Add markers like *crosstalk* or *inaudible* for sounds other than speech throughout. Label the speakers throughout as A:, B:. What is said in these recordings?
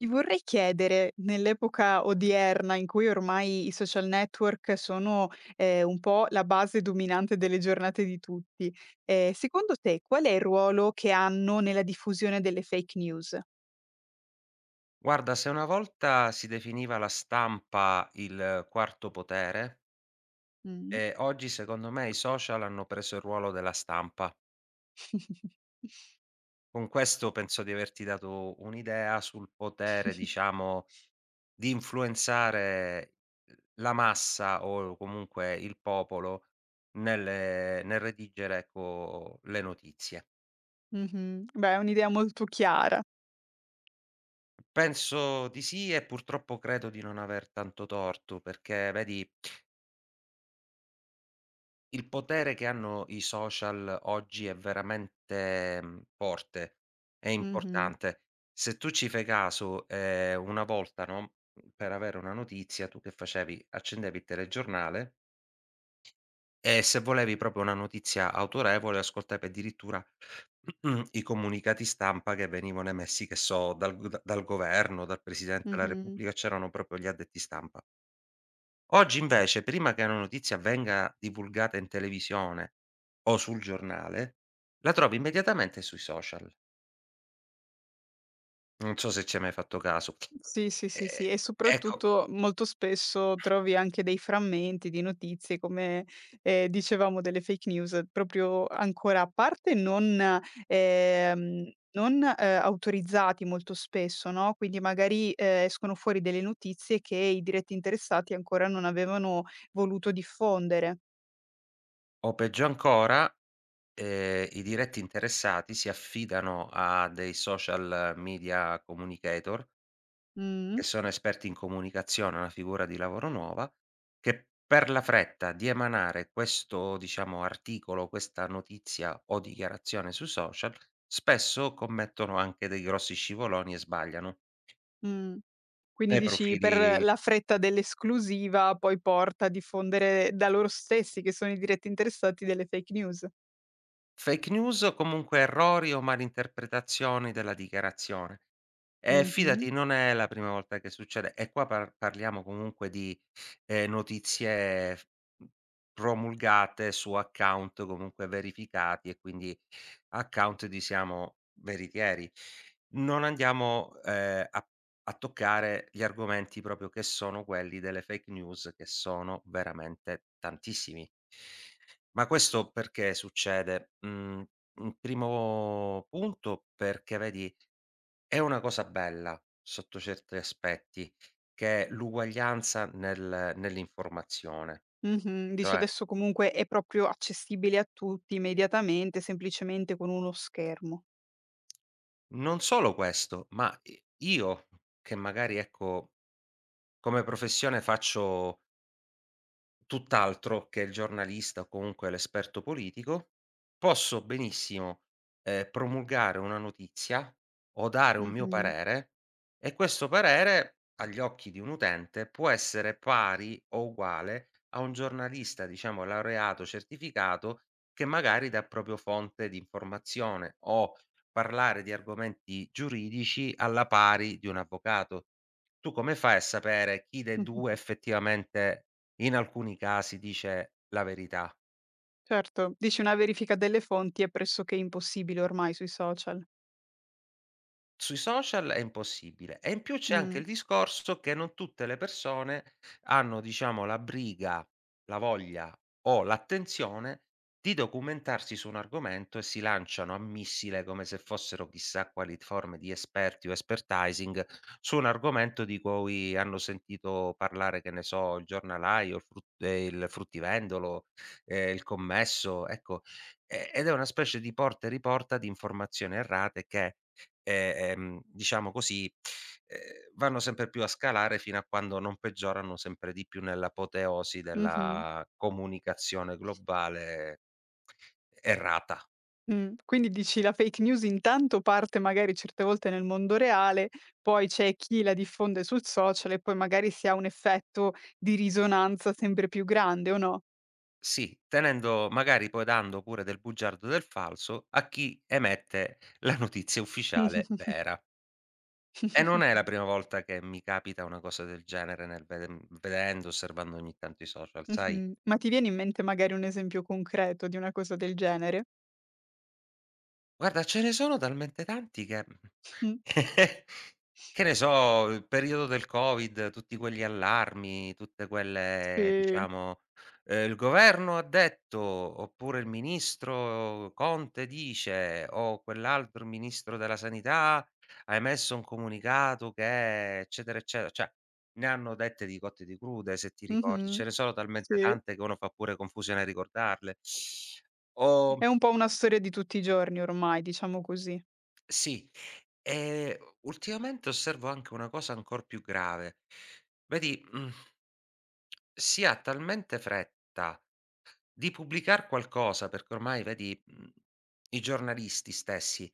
A: Ti vorrei chiedere, nell'epoca odierna in cui ormai i social network sono, un po' la base dominante delle giornate di tutti, secondo te qual è il ruolo che hanno nella diffusione delle fake news?
B: Guarda, se una volta si definiva la stampa il quarto potere,
A: Mh.
B: oggi secondo me i social hanno preso il ruolo della stampa. Con questo penso di averti dato un'idea sul potere,
A: Mh-mh. *laughs*
B: diciamo, di influenzare la massa o comunque il popolo nel nel redigere, ecco, le notizie.
A: Beh, è un'idea molto chiara.
B: Penso di sì e purtroppo credo di non aver tanto torto, perché vedi il potere che hanno i social oggi è veramente, forte, è
A: Mh-mh.
B: importante. Se tu ci fai caso, una volta, no, per avere una notizia tu che facevi? Accendevi il telegiornale e se volevi proprio una notizia autorevole, ascoltavi addirittura *clears throat* i comunicati stampa che venivano emessi, che so, dal governo, dal presidente della
A: Mh-mh.
B: repubblica, c'erano proprio gli addetti stampa. Oggi invece, prima che una notizia venga divulgata in televisione o sul giornale, la trovi immediatamente sui social. Non so se ci hai mai fatto caso.
A: Sì, sì,
B: Ehm,
A: sì, sì, e
B: ecco,
A: soprattutto molto spesso trovi anche dei frammenti di notizie come, dicevamo delle fake news, proprio ancora a parte non autorizzati molto spesso, no, quindi magari, escono fuori delle notizie che i diretti interessati ancora non avevano voluto diffondere.
B: o peggio ancora, i diretti interessati si affidano a dei social media communicator,
A: Mh-mh.
B: che sono esperti in comunicazione, una figura di lavoro nuova, che per la fretta di emanare questo, diciamo, articolo, questa notizia o dichiarazione sui social, spesso commettono anche dei grossi scivoloni e sbagliano.
A: Mh. Quindi
B: Nei
A: dici per
B: profili
A: la fretta dell'esclusiva poi porta a diffondere da loro stessi, che sono i diretti interessati, delle fake news.
B: fake news o comunque errori o malinterpretazioni della dichiarazione.
A: Mh-mh.
B: Fidati, non è la prima volta che succede e qua parliamo comunque di, notizie f mhmm, promulgate su account comunque verificati e quindi account diciamo veritieri. Non andiamo, a toccare gli argomenti proprio che sono quelli delle fake news, che sono veramente tantissimi. Ma questo perché succede? Mhmm, in primo punto perché vedi è una cosa bella, sotto certi aspetti, che è l'uguaglianza nell'informazione.
A: Mh-mh. Dici
B: Cioè,
A: adesso comunque è proprio accessibile a tutti immediatamente, semplicemente con uno schermo.
B: non solo questo, ma i io che magari, ecco, come professione faccio tutt'altro che il giornalista o comunque l'esperto politico, posso benissimo, promulgare una notizia o dare un mio
A: Mh-mh.
B: parere, e questo parere, agli occhi di un utente, può essere pari o uguale a un giornalista, diciamo, laureato, certificato, che magari dà proprio fonte di informazione o parlare di argomenti giuridici alla pari di un avvocato. Tu come fai a sapere chi
A: *laughs*
B: dei
A: Mh-mh.
B: 2 effettivamente in alcuni casi dice la verità.
A: Certo, dici una verifica delle fonti è pressoché impossibile ormai sui social.
B: Sui social è impossibile e in più c'è anche
A: Mh.
B: il discorso che non tutte le persone hanno, diciamo, la briga, la voglia o l'attenzione di documentarsi su un argomento e si lanciano a missile come se fossero chissà quali forme di esperti o expertising su un argomento di cui hanno sentito parlare, che ne so, il giornalaio, il fruttivendolo, il commesso, ecco. Ed è una specie di porta e riporta di informazioni errate che diciamo così, ehm, vanno sempre più a scalare fino a quando non peggiorano sempre di più nell'apoteosi
A: Mh-mh.
B: della comunicazione globale errata.
A: Quindi dici la fake news intanto parte magari certe volte nel mondo reale, poi c'è chi la diffonde sul social e poi magari si ha un effetto di risonanza sempre più grande o no?
B: Sì, tenendo magari, poi dando pure del bugiardo e del falso a chi emette la notizia ufficiale vera. E non è la
A: *laughs*
B: prima volta che mi capita una cosa del genere nel vedendo, osservando ogni tanto i social, sai?
A: Mh-mh. Ma ti viene in mente magari un esempio concreto di una cosa del genere?
B: Guarda, ce ne sono talmente tanti che
A: *laughs* Mh.
B: *laughs* che ne so, il periodo del Covid, tutti quegli allarmi, tutte quelle
A: Sì.
B: diciamo, "il governo ha detto" oppure "il ministro Conte dice" o quell'altro, il ministro della sanità ha emesso un comunicato che eccetera, eccetera, cioè ne hanno dette di cotte e di crude, se ti ricordi.
A: Mh-mh.
B: Ce ne sono talmente
A: Sì.
B: tante che uno fa pure confusione a ricordarle. O
A: È un po' una storia di tutti i giorni ormai, diciamo così.
B: Sì, ehm, ultimamente osservo anche una cosa ancor più grave. Vedi, mhmm si ha talmente fretta di pubblicar qualcosa, perché ormai vedi, i giornalisti stessi,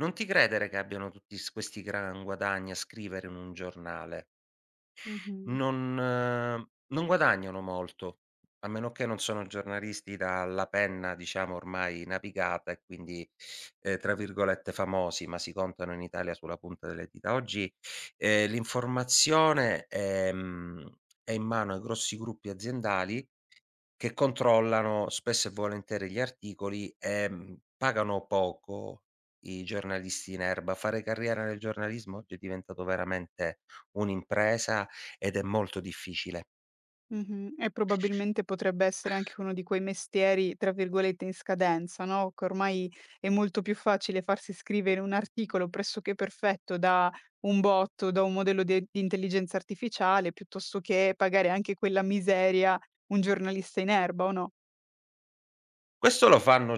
B: non ti credere che abbiano tutti s questi gran guadagni a scrivere in un giornale.
A: Mh-mh.
B: Non eh, non guadagnano molto, a meno che non sono giornalisti dalla penna, diciamo, ormai navigata, e quindi, tra virgolette "famosi", ma si contano in Italia sulla punta delle dita. Oggi, l'informazione è è in mano ai grossi gruppi aziendali che controllano spesso e volentieri gli articoli e, pagano poco i giornalisti in erba. Fare carriera nel giornalismo oggi è diventato veramente un'impresa ed è molto difficile.
A: Mh-mh. E probabilmente potrebbe essere anche uno di quei mestieri, tra virgolette, "in scadenza", no, che ormai è molto più facile farsi scrivere un articolo pressoché perfetto da un bot o da un modello de di intelligenza artificiale, piuttosto che pagare anche quella miseria un giornalista in erba, o no?
B: Questo lo fanno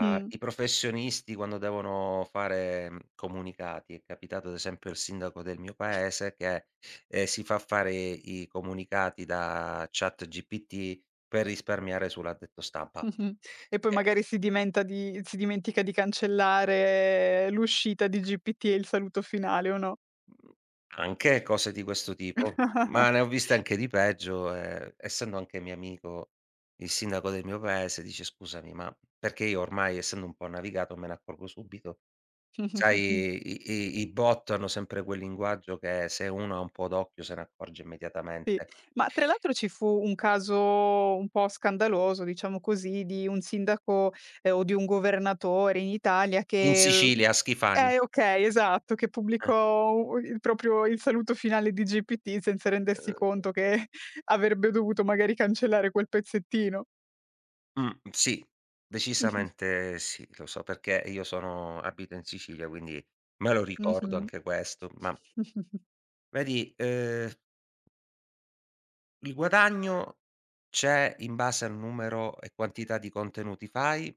A: Mh. Mh-mh.
B: i professionisti quando devono fare, comunicati. È capitato ad esempio al sindaco del mio paese che, si fa fare i comunicati da ChatGPT per risparmiare sull'addetto stampa.
A: *laughs* E poi
B: E
A: magari si dimentica di cancellare l'uscita di GPT e il saluto finale, o no?
B: Mh, anche cose di questo tipo,
A: *laughs*
B: ma ne ho viste anche di peggio, essendo anche mio amico il sindaco del mio paese, dice: "Scusami, ma" perché io ormai, essendo un po' navigato, me ne accorgo subito. Sai, i bot hanno sempre quel linguaggio che se uno ha un po' d'occhio se ne accorge
A: Sì.
B: immediatamente.
A: Ma tra l'altro ci fu un caso un po' scandaloso, diciamo così, di un sindaco, o di un governatore in Italia
B: In
A: che
B: Sicilia a Schifani,
A: okay, esatto, che
B: eh,
A: pubblicò u il proprio il saluto finale di GPT senza rendersi conto che *laughs* avrebbe dovuto magari cancellare quel pezzettino.
B: sì,
A: *laughs*
B: decisamente sì, lo so perché io sono abito in Sicilia, quindi me lo ricordo
A: Mh-mh.
B: anche questo, ma
A: *laughs*
B: vedi, il guadagno c'è in base al numero e quantità di contenuti fai,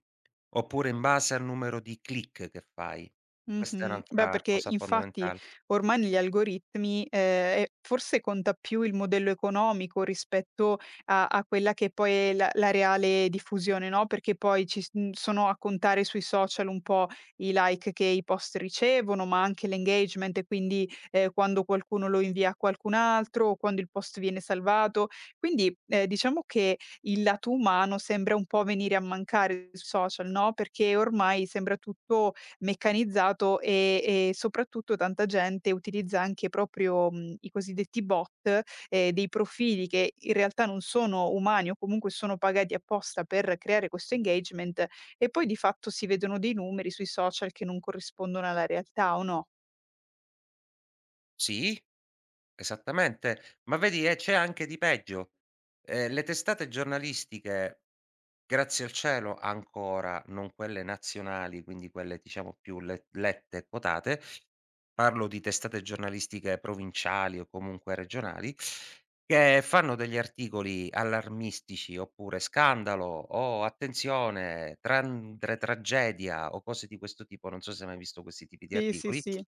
B: oppure in base al numero di click che fai. Questa è
A: Mh-mh. Beh,
B: un'altra
A: perché
B: cosa
A: infatti
B: fondamentale.
A: ormai negli algoritmi, forse conta più il modello economico rispetto a quella che poi è la reale diffusione, no, perché poi sono a contare sui social un po' i like che i post ricevono, ma anche l'engagement e quindi, quando qualcuno lo invia a qualcun altro o quando il post viene salvato. Quindi, diciamo che il lato umano sembra un po' venire a mancare sui social, no, perché ormai sembra tutto meccanizzato, e soprattutto tanta gente utilizza anche proprio, i cosiddetti bot, dei profili che in realtà non sono umani o comunque sono pagati apposta per creare questo engagement e poi di fatto si vedono dei numeri sui social che non corrispondono alla realtà o no?
B: Sì? Esattamente. Ma vedi, c'è anche di peggio. Le testate giornalistiche, grazie al cielo ancora, non quelle nazionali, quindi quelle diciamo più le lette e quotate, parlo di testate giornalistiche provinciali o comunque regionali, che fanno degli articoli allarmistici oppure "scandalo" o "attenzione, trandre tragedia" o cose di questo tipo, non so se hai mai visto questi tipi di
A: Sì, sì,
B: articoli.
A: sì.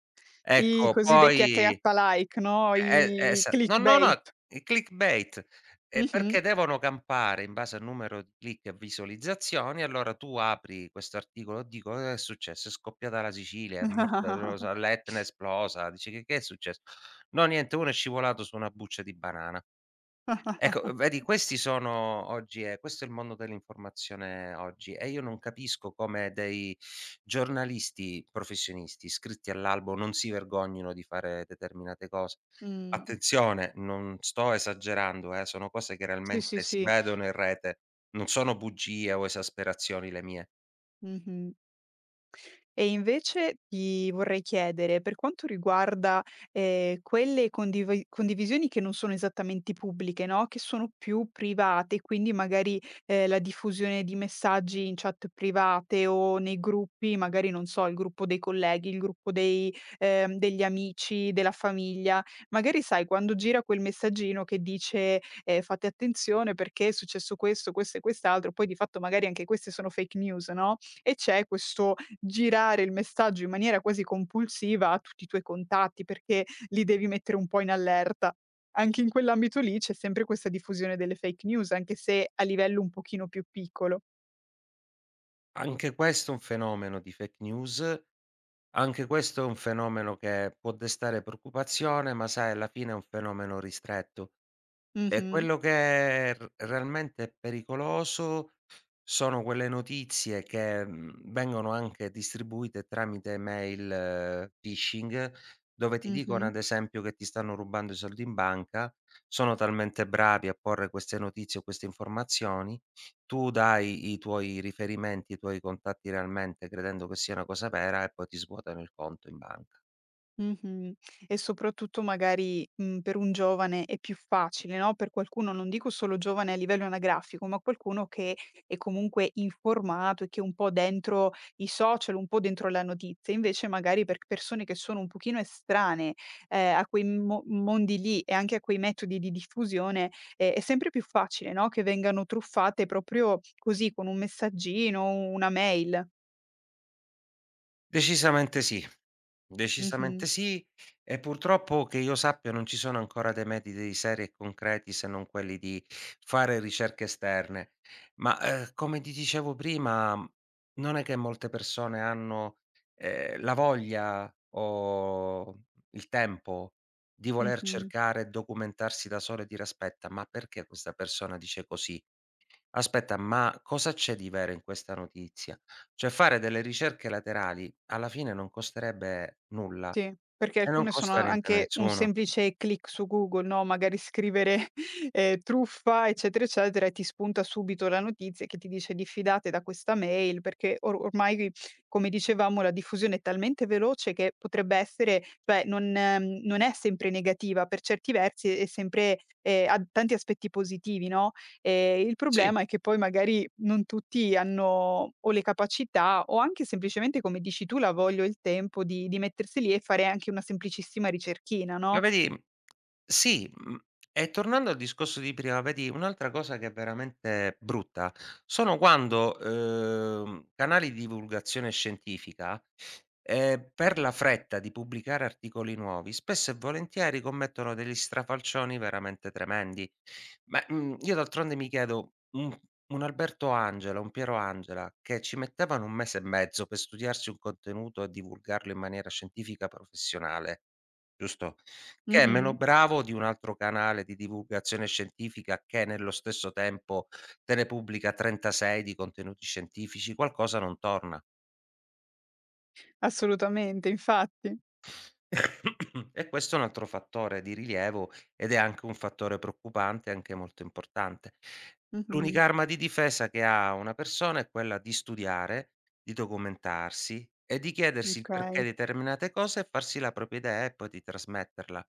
A: I
B: Ecco,
A: cosiddetti
B: poi
A: H-like, no, i
B: esa no, no, no,
A: clickbait.
B: il clickbait,
A: Mh-mh.
B: perché devono campare in base al numero di click e visualizzazioni, allora tu apri questo articolo, dico: "Cosa è successo? È scoppiata la Sicilia, è morta non lo
A: Mh.
B: so, l'Etna è esplosa." Dici: che è successo?" "No, niente, uno è scivolato su una buccia di banana." Ecco,
A: *laughs*
B: vedi questi sono oggi è questo è il mondo dell'informazione oggi e io non capisco come dei giornalisti professionisti iscritti all'albo non si vergognino di fare determinate cose. Attenzione, non sto esagerando, sono cose che
A: Sì, sì,
B: realmente si
A: sì.
B: vedono in rete, non sono bugie o esasperazioni le mie.
A: Mh-mh. E invece ti vorrei chiedere, per quanto riguarda, quelle condivisioni che non sono esattamente pubbliche, no, che sono più private, quindi magari, la diffusione di messaggi in chat private o nei gruppi, magari non so, il gruppo dei colleghi, il gruppo dei degli amici, della famiglia, magari sai quando gira quel messaggino che dice, "Fate attenzione perché è successo questo, questo e quest'altro", poi di fatto magari anche queste sono fake news, no, e c'è questo girare il messaggio in maniera quasi compulsiva a tutti i tuoi contatti, perché li devi mettere un po' in allerta. Anche in quell'ambito lì c'è sempre questa diffusione delle fake news, anche se a livello un pochino più piccolo.
B: Anche questo è un fenomeno di fake news, anche questo è un fenomeno che può destare preoccupazione, ma sai alla fine è un fenomeno ristretto. E
A: Mh-mh,
B: quello che r realmente è pericoloso sono quelle notizie che, vengono anche distribuite tramite mail, phishing, dove ti
A: mh-mh.
B: dicono ad esempio che ti stanno rubando i soldi in banca, sono talmente bravi a porre queste notizie o queste informazioni, tu dai i tuoi riferimenti, i tuoi contatti realmente credendo che sia una cosa vera e poi ti svuotano il conto in banca.
A: Mh-mh. E soprattutto magari, per un giovane è più facile, no, per qualcuno, non dico solo giovane a livello anagrafico, ma qualcuno che è comunque informato e che è un po' dentro i social, un po' dentro la notizia. Invece magari per persone che sono un pochino estranee, a quei mo mondi lì e anche a quei metodi di diffusione, è sempre più facile, no, che vengano truffate proprio così, con un messaggino, una mail.
B: Decisamente sì.
A: Mh-mh,
B: Decisamente sì, e purtroppo che io sappia non ci sono ancora dei metodi seri e concreti se non quelli di fare ricerche esterne. Ma, come ti dicevo prima, non è che molte persone hanno, la voglia o il tempo di voler
A: mh-mh.
B: cercare e documentarsi da sole e dire: "Aspetta, ma perché questa persona dice così? Aspetta, ma cosa c'è di vero in questa notizia?" Cioè fare delle ricerche laterali alla fine non costerebbe nulla
A: Sì, perché
B: e non
A: alcune sono
B: costa niente a
A: anche un
B: nessuno.
A: semplice click su Google, no, magari scrivere, *laughs* "truffa" eccetera, eccetera, e ti spunta subito la notizia che ti dice: "Diffidate da questa mail", perché or ormai, come dicevamo, la diffusione è talmente veloce che potrebbe essere cioè non è sempre negativa, per certi versi è sempre, ha tanti aspetti positivi, no? Il
B: Sì.
A: problema è che poi magari non tutti hanno o le capacità o anche semplicemente, come dici tu, la voglia o il tempo di mettersi lì e fare anche una semplicissima ricerchina,
B: Ma
A: no?
B: vedi, sì, mhmm, e tornando al discorso di prima, vedi un'altra cosa che è veramente brutta, sono quando, canali di divulgazione scientifica, per la fretta di pubblicare articoli nuovi, spesso e volentieri commettono degli strafalcioni veramente tremendi. Ma, io d'altronde mi chiedo, un Alberto Angela, un Piero Angela, che ci mettevano 1 mese e mezzo per studiarsi un contenuto e divulgarlo in maniera scientifica professionale, giusto? Che è meno
A: Mh-mh.
B: bravo di un altro canale di divulgazione scientifica che nello stesso tempo te ne pubblica 36 di contenuti scientifici, qualcosa non torna.
A: Assolutamente, infatti.
B: *coughs* E questo è un altro fattore di rilievo ed è anche un fattore preoccupante, anche molto importante.
A: Mh-mh.
B: L'unica arma di difesa che ha una persona è quella di studiare, di documentarsi e di chiedersi il
A: Okay.
B: perché di determinate cose e farsi la propria idea e poi di trasmetterla.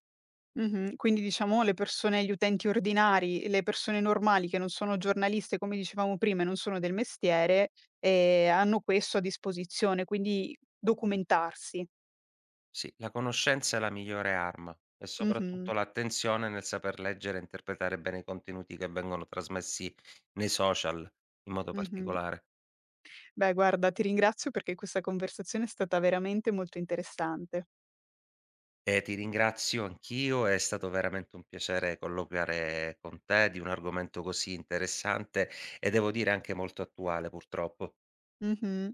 A: Mh-mh. Quindi diciamo le persone gli utenti ordinari, le persone normali che non sono giornaliste, come dicevamo prima, e non sono del mestiere, hanno questo a disposizione, quindi documentarsi.
B: Sì, la conoscenza è la migliore arma e
A: Mh-mh.
B: soprattutto l'attenzione nel saper leggere e interpretare bene i contenuti che vengono trasmessi nei social, in modo
A: Mh-mh.
B: particolare.
A: Beh guarda, ti ringrazio perché questa conversazione è stata veramente molto interessante.
B: E ti ringrazio anch'io, è stato veramente un piacere colloquiare con te di un argomento così interessante e devo dire anche molto attuale, purtroppo.
A: Mh-mh.